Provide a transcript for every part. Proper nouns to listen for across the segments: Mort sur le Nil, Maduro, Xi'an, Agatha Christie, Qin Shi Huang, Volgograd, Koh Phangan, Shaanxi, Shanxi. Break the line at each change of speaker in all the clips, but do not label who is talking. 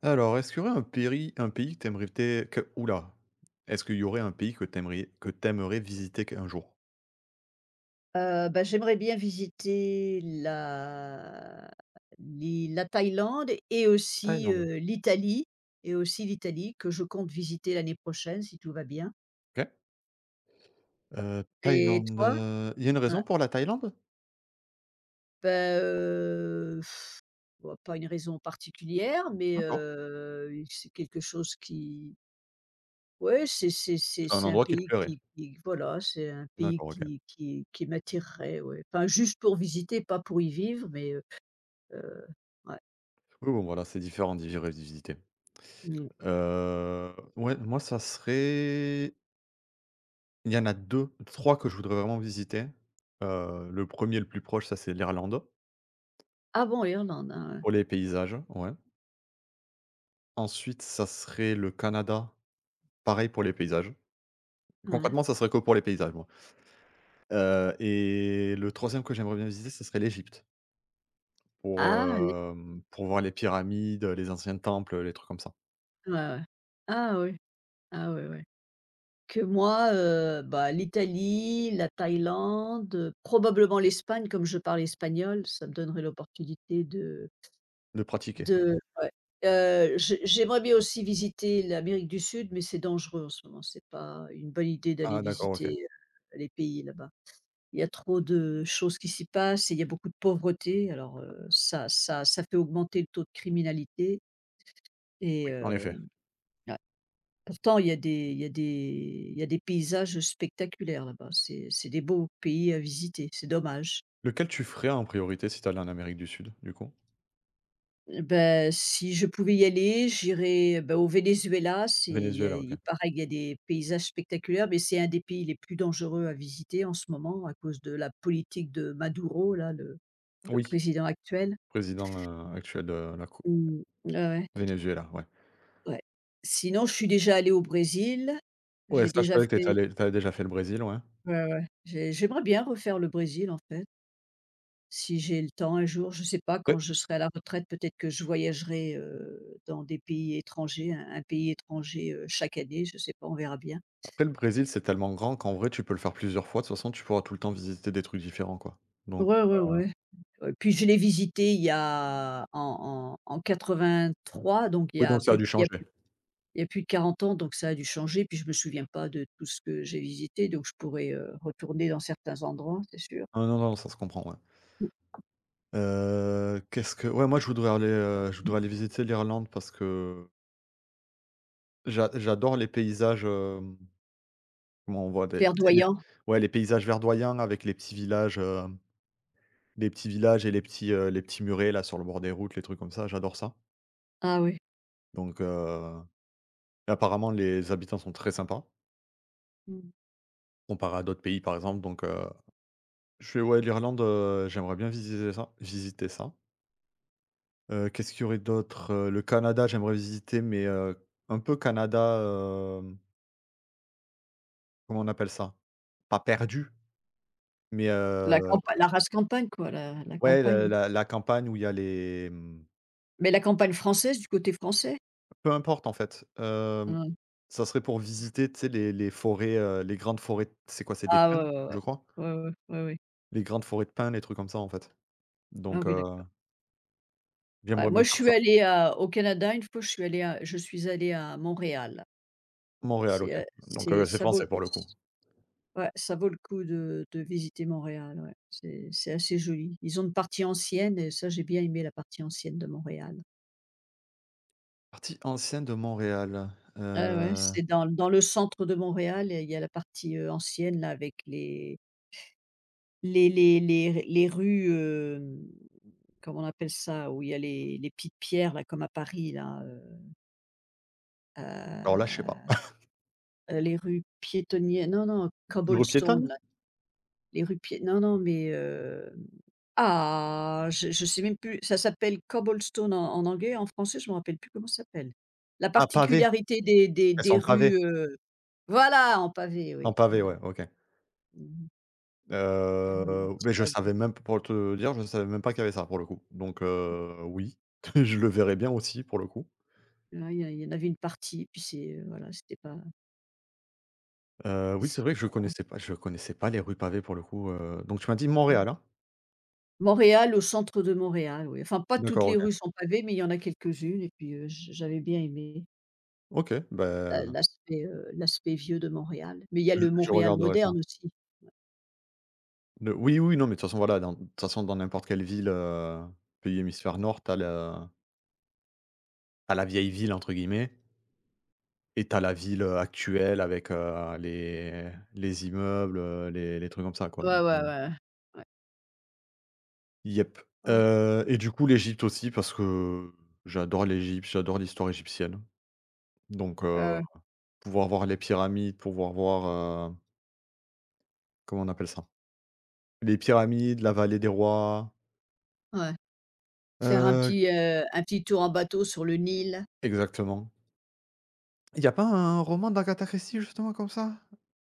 Alors, est-ce qu'il y aurait un pays, que t'aimerais aimerais té que ouh là! Est-ce qu'il y aurait un pays que t'aimerais visiter un jour?
Bah, j'aimerais bien visiter la Thaïlande et aussi,
Thaïlande.
l'Italie que je compte visiter l'année prochaine si tout va bien.
OK.
Et
Thaïlande,
toi?
il y a une raison
Hein,
pour la Thaïlande?
bah, heu, bah, pas une raison particulière, mais,
D'accord,
c'est quelque chose qui ouais, c'est
c'est un
un
endroit qui te
pays
plairait?
qui voilà, c'est un pays
D'accord, OK.
qui m'attirerait, ouais. Enfin, juste pour visiter, pas pour y vivre, mais, heu, ouais.
Oui, bon, voilà, c'est différent d'y vivre et d'y visiter.
Mmh.
Ouais, moi, ça serait il y en a deux, trois que je voudrais vraiment visiter. Le premier, le plus proche, ça c'est l'Irlande,
Ah bon, Irlande, hein, ouais.
pour les paysages, ouais. Ensuite, ça serait le Canada, pareil pour les paysages.
Ouais.
Concrètement, ça serait que pour les paysages, moi. Et le troisième que j'aimerais bien visiter, ce serait l'Égypte pour,
Ah, les
pour voir les pyramides, les anciens temples, les trucs comme ça.
ouais, ouais. Ah oui, ah oui ouais. Que moi, bah, l'Italie, la Thaïlande, probablement l'Espagne, comme je parle espagnol, ça me donnerait l'opportunité de
De pratiquer.
ouais. J'aimerais bien aussi visiter l'Amérique du Sud, mais c'est dangereux en ce moment, c'est pas une bonne idée d'aller
Ah d'accord, OK.
visiter, les pays là-bas. Il y a trop de choses qui s'y passent et il y a beaucoup de pauvreté, alors, ça fait augmenter le taux de criminalité et
Oui, en
heu
effet.
ouais. Pourtant, il y a des paysages spectaculaires là-bas. C'est des beaux pays à visiter, c'est dommage.
Lequel tu ferais en priorité si tu allais en Amérique du Sud, du coup?
Eh beh, si je pouvais y aller, j'irais, bah, au Venezuela, c'est il y a
Venezuela,
il
OK.
paraît qu'il y a des paysages spectaculaires, mais c'est un des pays les plus dangereux à visiter en ce moment à cause de la politique de Maduro là, le
Oui,
président actuel.
président, actuel de la coupe.
Mmh. Ouais, ouais,
Venezuela, ouais.
ouais. Sinon, je suis déjà allée au Brésil.
Ouais,
J'ai
ça je
déjà
savais que
fait.
tu avais déjà fait le Brésil, ouais.
Ouais, ouais. J'aimerais bien refaire le Brésil en fait. Si j'ai le temps un jour, je ne sais pas,
Après
quand je serai à la retraite, peut-être que je voyagerai, dans des pays étrangers, un pays étranger, chaque année, je ne sais pas, on verra bien.
après le Brésil, c'est tellement grand qu'en vrai, tu peux le faire plusieurs fois. De toute façon, tu pourras tout le temps visiter des trucs différents, quoi. Donc,
Ouais, ouais, ouais. Puis je l'ai visité il y a en 83, donc
oui, donc ça a dû changer.
il y a plus de 40 ans, donc ça a dû changer. Puis je me souviens pas de tout ce que j'ai visité, donc je pourrais, retourner dans certains endroits, c'est sûr.
Ah non, non, ça se comprend, ouais. Qu'est-ce que ouais, moi, je voudrais aller, visiter l'Irlande parce que j'adore les paysages, hem, comment on voit des tu sais, les
Verdoyant,
ouais, les paysages verdoyants avec les petits villages, et les petits murets, là, sur le bord des routes, les trucs comme ça, j'adore ça.
ah oui.
Donc apparemment, les habitants sont très sympas
Mmh.
comparé à d'autres pays, par exemple. Donc je fais ouais, l'Irlande, j'aimerais bien visiter ça. Qu'est-ce qu'il y aurait d'autre? Le Canada, j'aimerais visiter, mais un peu Canada, hem Comment on appelle ça? Pas perdu, mais
La campa la rase campagne quoi, la
ouais, la
campagne.
la la campagne où il y a les,
Mais la campagne française, du côté français.
peu importe en fait,
Mmh.
ça serait pour visiter, tu sais, les forêts, les grandes forêts de c'est quoi? C'est des
Ah
pins,
ouais, ouais,
je crois?
ouais, ouais, ouais, ouais, ouais.
Les grandes forêts de pins, les trucs comme ça, en fait,
Ah
donc
oui, d'accord. Ouais,
j'aimerais
moi,
bien
je
faire
suis
ça.
allée à au Canada, une fois, je suis allée à Montréal.
Montréal,
C'est,
OK,
heu,
donc
c'est
c'est
ça vaut
français
le
pour le coup.
ouais, ça vaut le coup de visiter Montréal, ouais. C'est assez joli. Ils ont une partie ancienne et ça, j'ai bien aimé la partie ancienne de Montréal.
Partie ancienne de Montréal,
Ah ouais, c'est dans le centre de Montréal, il y a la partie, ancienne là avec les rues, hem, comment on appelle ça? Où il y a les petites pierres là comme à Paris là.
alors là, je sais pas.
Heu, les rues piétonnières non, non,
Une rue
cobblestone
piétonne?
là, les rues pié non, non, mais ah! Je sais même plus, ça s'appelle cobblestone en anglais, en français, je me rappelle plus comment ça s'appelle. La
Ah, pavé.
particularité des
Elles sont pavées?
rues, voilà, en pavé,
En
oui,
pavé,
voilà.
ouais, OK.
Mmh. Les rues en petits
Je
pavés.
savais même pour te dire, je savais même pas qu'il y avait ça pour le coup. Donc oui, je le verrais bien aussi pour le coup.
Ouais, il y en avait une partie, puis c'est, voilà,
Oui, c'est
c'était
vrai que
pas mal.
je connaissais pas les rues pavées pour le coup, donc tu m'as dit
Mmh.
Montréal, hein?
Montréal, au centre de Montréal, oui. Enfin, pas toutes
D'accord,
les
OK.
rues sont pavées, mais il y en a quelques-unes et puis, j'avais bien aimé
OK,
la
bah,
l'aspect, l'aspect vieux de Montréal. Mais il y a le
je
Montréal
regarderai ça.
moderne aussi.
Le oui, oui, non, mais de toute façon, voilà, dans de toute façon, dans n'importe quelle ville, pays hémisphère nord, t'as la tu la «vieille ville» entre guillemets et t'as la ville, actuelle avec, les immeubles, les trucs comme ça quoi.
Ouais, ouais, ouais, ouais.
Yep,
Ouais.
et du coup l'Égypte aussi parce que j'adore l'Égypte, j'adore l'histoire égyptienne. Donc
Heu,
pouvoir voir les pyramides, pouvoir voir, heu, comment on appelle ça? Les pyramides, la vallée des rois,
ouais. Faire
heu
un petit tour en bateau sur le Nil.
exactement. Il y a pas un roman d'Agatha Christie justement comme ça?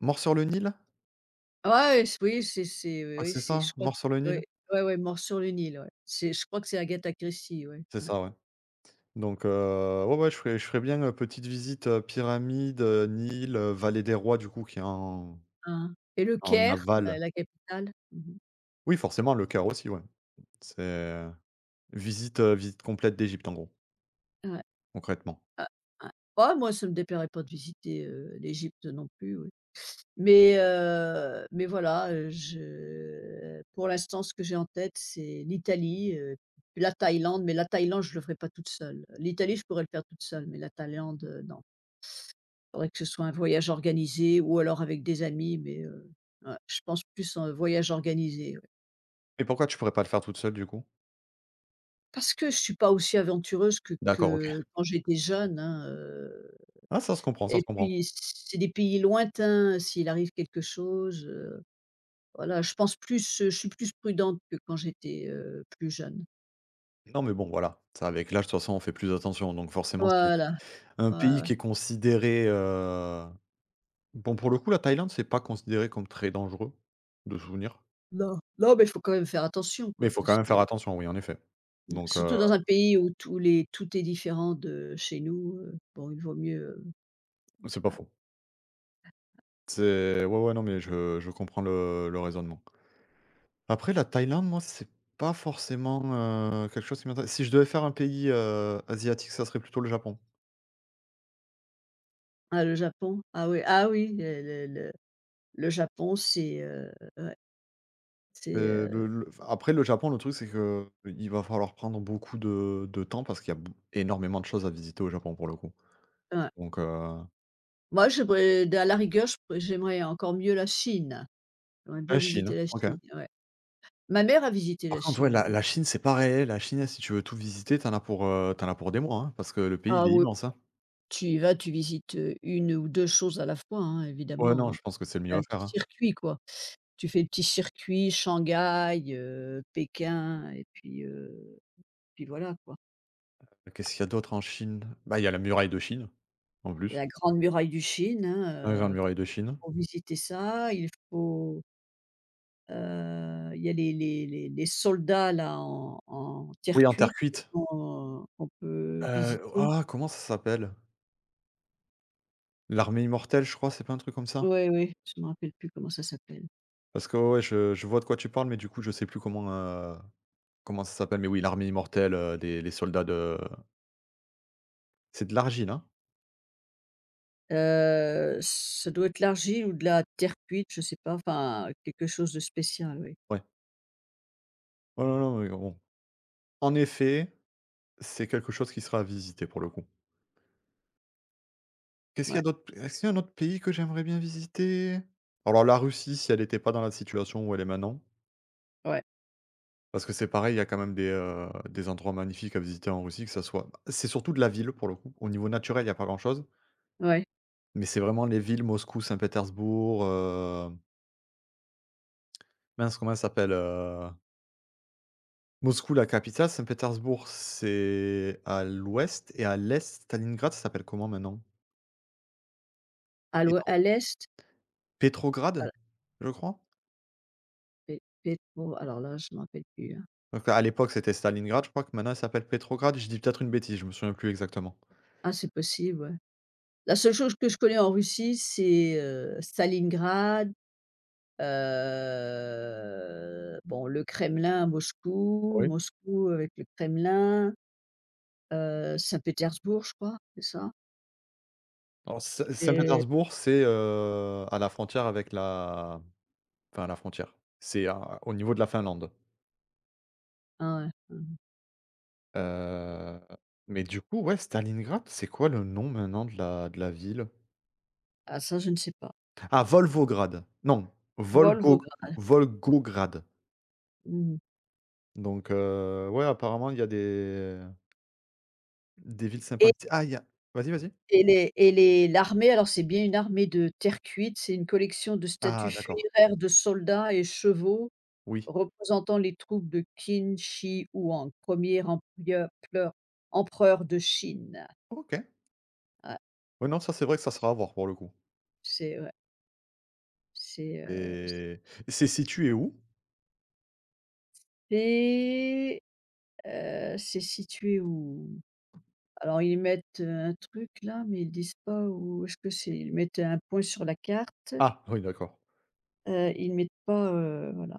«Mort sur le Nil»?
Ouais, s oui, c'est
Je
oui,
crois que
oui,
c'est
c'est
ça,
je crois
«Mort sur le
que-
Nil»?
ouais, ouais, ouais, Mort sur le Nil, ouais. C'est je crois que c'est Agatha Christie, ouais,
C'est
ouais.
ça, ouais. Donc ouais, ouais, je ferais bien, petite visite, pyramides, Nil, vallée des rois du coup qui est
Hein. Et le
en
Caire,
aval.
la capitale. Mmh.
Oui forcément le Caire aussi, ouais. C'est, visite complète d'Égypte en gros,
Ouais.
concrètement.
Ah, ouais. Oh moi, ça me déplairait pas de visiter, l'Égypte non plus, oui. Mais voilà, je pour l'instant, ce que j'ai en tête, c'est l'Italie, la Thaïlande, mais la Thaïlande, je ne le ferai pas toute seule. L'Italie, je pourrais le faire toute seule, mais la Thaïlande, non. Il faudrait que ce soit un voyage organisé ou alors avec des amis, ouais, je pense plus en voyage organisé, ouais.
Et pourquoi tu pourrais pas le faire toute seule du coup?
Parce que je suis pas aussi aventureuse
D'accord, OK.
que quand j'étais jeune, hein,
Ah ça se comprend, ça
et
se comprend.
puis c'est des pays lointains, s'il arrive quelque chose. Voilà, je pense plus, je suis plus prudente que quand j'étais, plus jeune.
Non mais bon voilà, ça avec l'âge de toute façon on fait plus attention donc forcément c'est
Voilà,
un
ouais,
pays
ouais.
qui est considéré, bon pour le coup la Thaïlande c'est pas considéré comme très dangereux, de souvenir.
Non, non, mais il faut quand même faire attention,
Mais il
quoi,
faut quand
parce
même faire
que
attention oui en effet.
mmh,
Donc
surtout dans un pays où tous les tout est différent de chez nous, bon, il vaut mieux,
c'est pas faux. C'est ouais, ouais, non mais je comprends le raisonnement. Après la Thaïlande, moi, c'est pas forcément, quelque chose qui m'intéresse. Si je devais faire un pays, asiatique, ça serait plutôt le Japon.
ah, le Japon? Ah oui, ah oui, le Japon, c'est, ouais, c'est,
Le enfin, après le Japon, le truc, c'est que il va falloir prendre beaucoup de temps parce qu'il y a bou énormément de choses à visiter au Japon, pour le coup.
ouais.
Donc
Moi, j'aimerais à la rigueur, je pourrais j'aimerais encore mieux la Chine. J'aimerais
La
bien visiter
Chine.
la
OK.
Chine, ouais. Ma mère a visité
Par
la
contre, ouais,
Chine,
la
ouais.
la Chine, c'est pareil. La Chine, si tu veux tout visiter, t'en as pour, tu as pour des mois, hein, parce que le pays, il
Ah
est
oui.
immense, hein.
Tu y vas, tu visites, 1 ou 2 choses à la fois, hein,
Ouais,
évidemment,
non,
hein.
je pense que c'est le
Tu
mieux
fais
à
un
faire,
petit
hein.
circuit, quoi. Tu fais le petit circuit Shanghai, Pékin et puis, puis voilà, quoi.
Qu'est-ce qu'il y a d'autre en Chine? Bah, il y a la muraille de Chine, en plus.
La grande muraille du Chine,
La
hein,
grande muraille de Chine.
faut visiter ça, il y a les soldats là en
Oui,
terre
en terre
cuite
cuite.
qu'on peut visiter.
Ah comment ça s'appelle? L'armée immortelle, je crois, c'est pas un truc comme ça?
Ouais, ouais, je ne me rappelle plus comment ça s'appelle.
Parce que ouais, je vois de quoi tu parles, mais du coup, je sais plus comment, comment ça s'appelle, mais oui, l'armée immortelle, des les soldats de c'est de l'argile, hein?
Ça doit être l'argile ou de la terre cuite, je sais pas, enfin quelque chose de spécial, oui.
Ouais. Ouais, ouais, non, mais bon. En effet, c'est quelque chose qui sera à visiter pour le coup. Qu'est-ce qu'il y a
Ouais,
d'autre p est-ce qu'il y a un autre pays que j'aimerais bien visiter? Alors la Russie, si elle était pas dans la situation où elle est maintenant,
ouais,
parce que c'est pareil, il y a quand même des endroits magnifiques à visiter en Russie, que ça soit bah, c'est surtout de la ville pour le coup. Au niveau naturel, il y a pas grand-chose.
ouais.
Mais c'est vraiment les villes Moscou, Saint-Pétersbourg, mince comment ça s'appelle? Moscou, la capitale, Saint-Pétersbourg, c'est à l'ouest et à l'est, Stalingrad, ça s'appelle comment maintenant? Pétro
À l'est,
Pétrograd,
à
je crois?
Pétro alors là, je m'en rappelle plus, hein.
Donc à l'époque, c'était Stalingrad, je crois que maintenant elle s'appelle Pétrograd. Je dis peut-être une bêtise, je me souviens plus exactement.
Ah c'est possible, ouais. La seule chose que je connais en Russie, c'est, Stalingrad, bon le Kremlin, à Moscou,
Oui.
Moscou avec le Kremlin, Saint-Pétersbourg, je crois, c'est ça?
Alors
Et
Saint-Pétersbourg, c'est, à la frontière avec la enfin à la frontière, c'est à au niveau de la Finlande.
ah ouais, mmh.
Heu, mais du coup, ouais, Stalingrad, c'est quoi le nom maintenant de la ville?
Ah ça, je ne sais pas.
Ah, Volvograd. Non,
Volgograd,
Volgo Volgograd.
mmh.
Donc ouais, apparemment, il y a des villes sympas ici. Ah, il y a vas-y, vas-y.
Et les l'armée, alors c'est bien une armée de terre cuite, c'est une collection de
Ah
statues
d'accord,
funéraires de soldats et chevaux
oui.
représentant les troupes de Qin Shi Huang, 1er empereur pleur empereur de Chine.
OK.
Ouais,
Ouais, non, ça, c'est vrai que ça sera à voir, pour le coup.
ouais, c'est,
Et c'est situé où?
c'est situé où? Alors ils mettent un truc là, mais ils disent pas où est-ce que c'est. Ils mettent un point sur la carte,
Ah oui, d'accord.
ils mettent pas, voilà.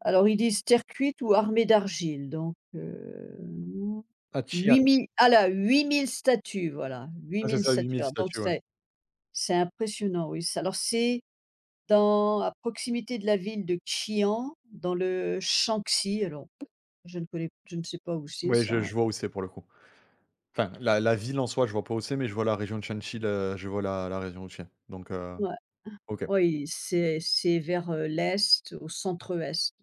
Alors ils disent terre cuite ou armée d'argile donc
À Xi'an.
8 000, ah là, huit mille statues, voilà, huit
Ah, c'est
mille
ça, huit
statues.
mille
Alors donc
statues, ouais.
c'est impressionnant, oui. C'est dans à proximité de la ville de Qian, dans le Shaanxi. Alors je ne sais pas où c'est
Ouais,
ça.
je vois où c'est, pour le coup. Enfin, la ville en soi, je vois pas où c'est, mais je vois la région de Shanxi, le je vois la région où c'est. Donc heu.
Ouais,
OK.
oui, c'est vers, l'est, au centre-est.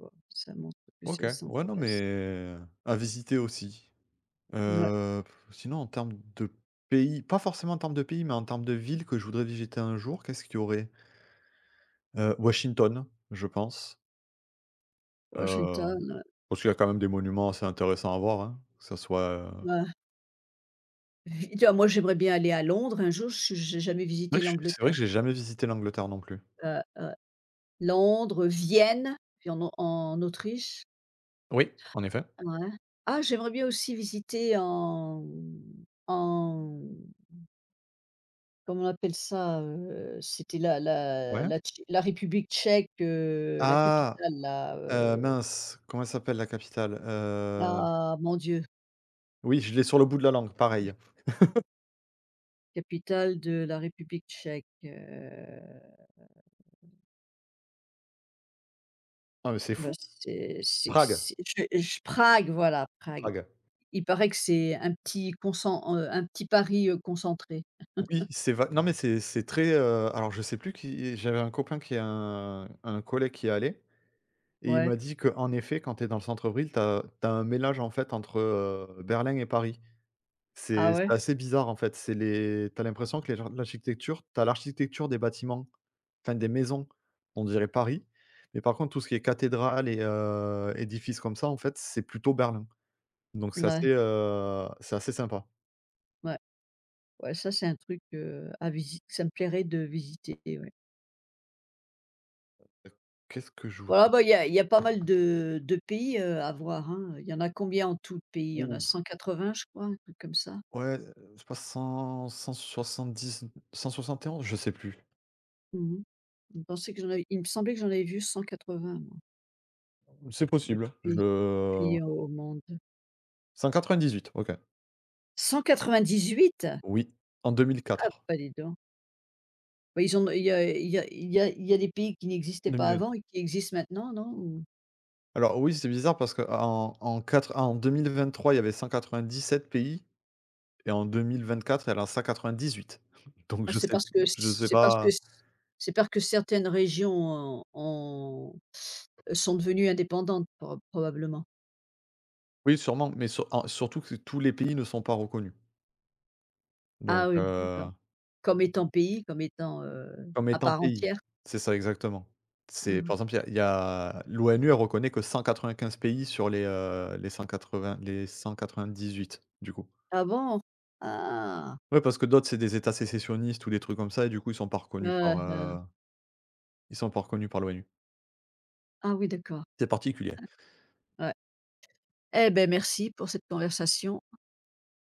Tu Ça montre que c'est
OK.
le
Ouais, non,
centre-est.
mais à visiter aussi.
Ouais,
Heu, sinon en termes de pays, pas forcément en termes de pays, mais en termes de villes que je voudrais visiter un jour, qu'est-ce qu'il y aurait? Washington, je pense, heu,
Washington, ouais.
parce qu'il y a quand même des monuments assez intéressants à voir, hein, que ça soit,
Ouais. Vita Moi, j'aimerais bien aller à Londres un jour, je j'ai jamais
c'est vrai
visité
que je c'est vrai
l'Angleterre.
que j'ai jamais visité l'Angleterre non plus.
Heu, heu, Londres, Vienne, puis en Autriche.
Oui, en effet.
Ouais. Ah, j'aimerais bien aussi visiter en en comment on appelle ça? C'était
Ouais.
la République tchèque, la
Ah,
capitale là,
mince, comment elle s'appelle la capitale?
ah mon Dieu,
Oui, je l'ai sur le bout de la langue, pareil.
capitale de la République tchèque,
Ah mais c'est
bah,
fou!
c'est
Prague,
je Prague, voilà, Prague.
Prague.
Il paraît que c'est un petit concent un petit Paris, concentré.
Oui, c'est va non mais c'est très, alors je sais plus qui j'avais un copain qui est un collègue qui est allé et il
Ouais.
m'a dit que, en effet, quand tu es dans le centre-ville, t'as as un mélange, en fait, entre, Berlin et Paris.
Ah
C'est
ouais?
assez bizarre, en fait, c'est les t'as l'impression que les gens l'architecture t'as l'architecture des bâtiments, enfin des maisons, on dirait Paris, mais par contre tout ce qui est cathédrale édifices comme ça, en fait, c'est plutôt Berlin. Donc
Ouais,
c'est assez sympa.
ouais, ouais, ça c'est un truc, à visiter. Ça me plairait de visiter, ouais.
Qu'est-ce que je voulais?
Voilà, bah, il y a pas mal de pays, à voir, hein. Il y en a combien en tout de pays? Il y en a 180 je crois, un truc comme ça.
Ouais, je pense cent soixante-dix, cent soixante et onze, je sais plus.
Mmh. Je pensais que j'en avais Il me semblait que j'en avais vu 180 moi,
C'est
de
possible, je
pays au monde.
cent quatre-vingt-dix-huit. OK.
198?
Oui, en
Ah pas dis donc. Bah, ils ont il y a il y a il y a il y a des pays qui n'existaient pas
2004. 2000
avant et qui existent maintenant, non? Ou
alors oui, c'est bizarre parce que en quatre en 2023, il y avait 197 pays et en 2024, elle a 198. Donc
ah, c'est parce que
je sais pas.
certaines régions ont sont devenues indépendantes probablement.
Oui, sûrement, mais surtout que tous les pays ne sont pas reconnus. Donc
Ah oui, d'accord.
heu.
Comme étant pays, comme étant,
Comme
à
étant
part
pays.
entière?
C'est ça, exactement. C'est par
Mmh.
exemple, il y a l'ONU, elle reconnaît que 195 pays sur les, heu, les 180 les 198, du coup.
Ah bon? Ah!
Ouais, parce que d'autres, c'est des états sécessionnistes ou des trucs comme ça et du coup, ils sont pas reconnus
Heu,
par,
heu,
ils sont pas reconnus par l'ONU.
ah oui, d'accord.
C'est particulier.
Ouais. Eh ben merci pour cette conversation.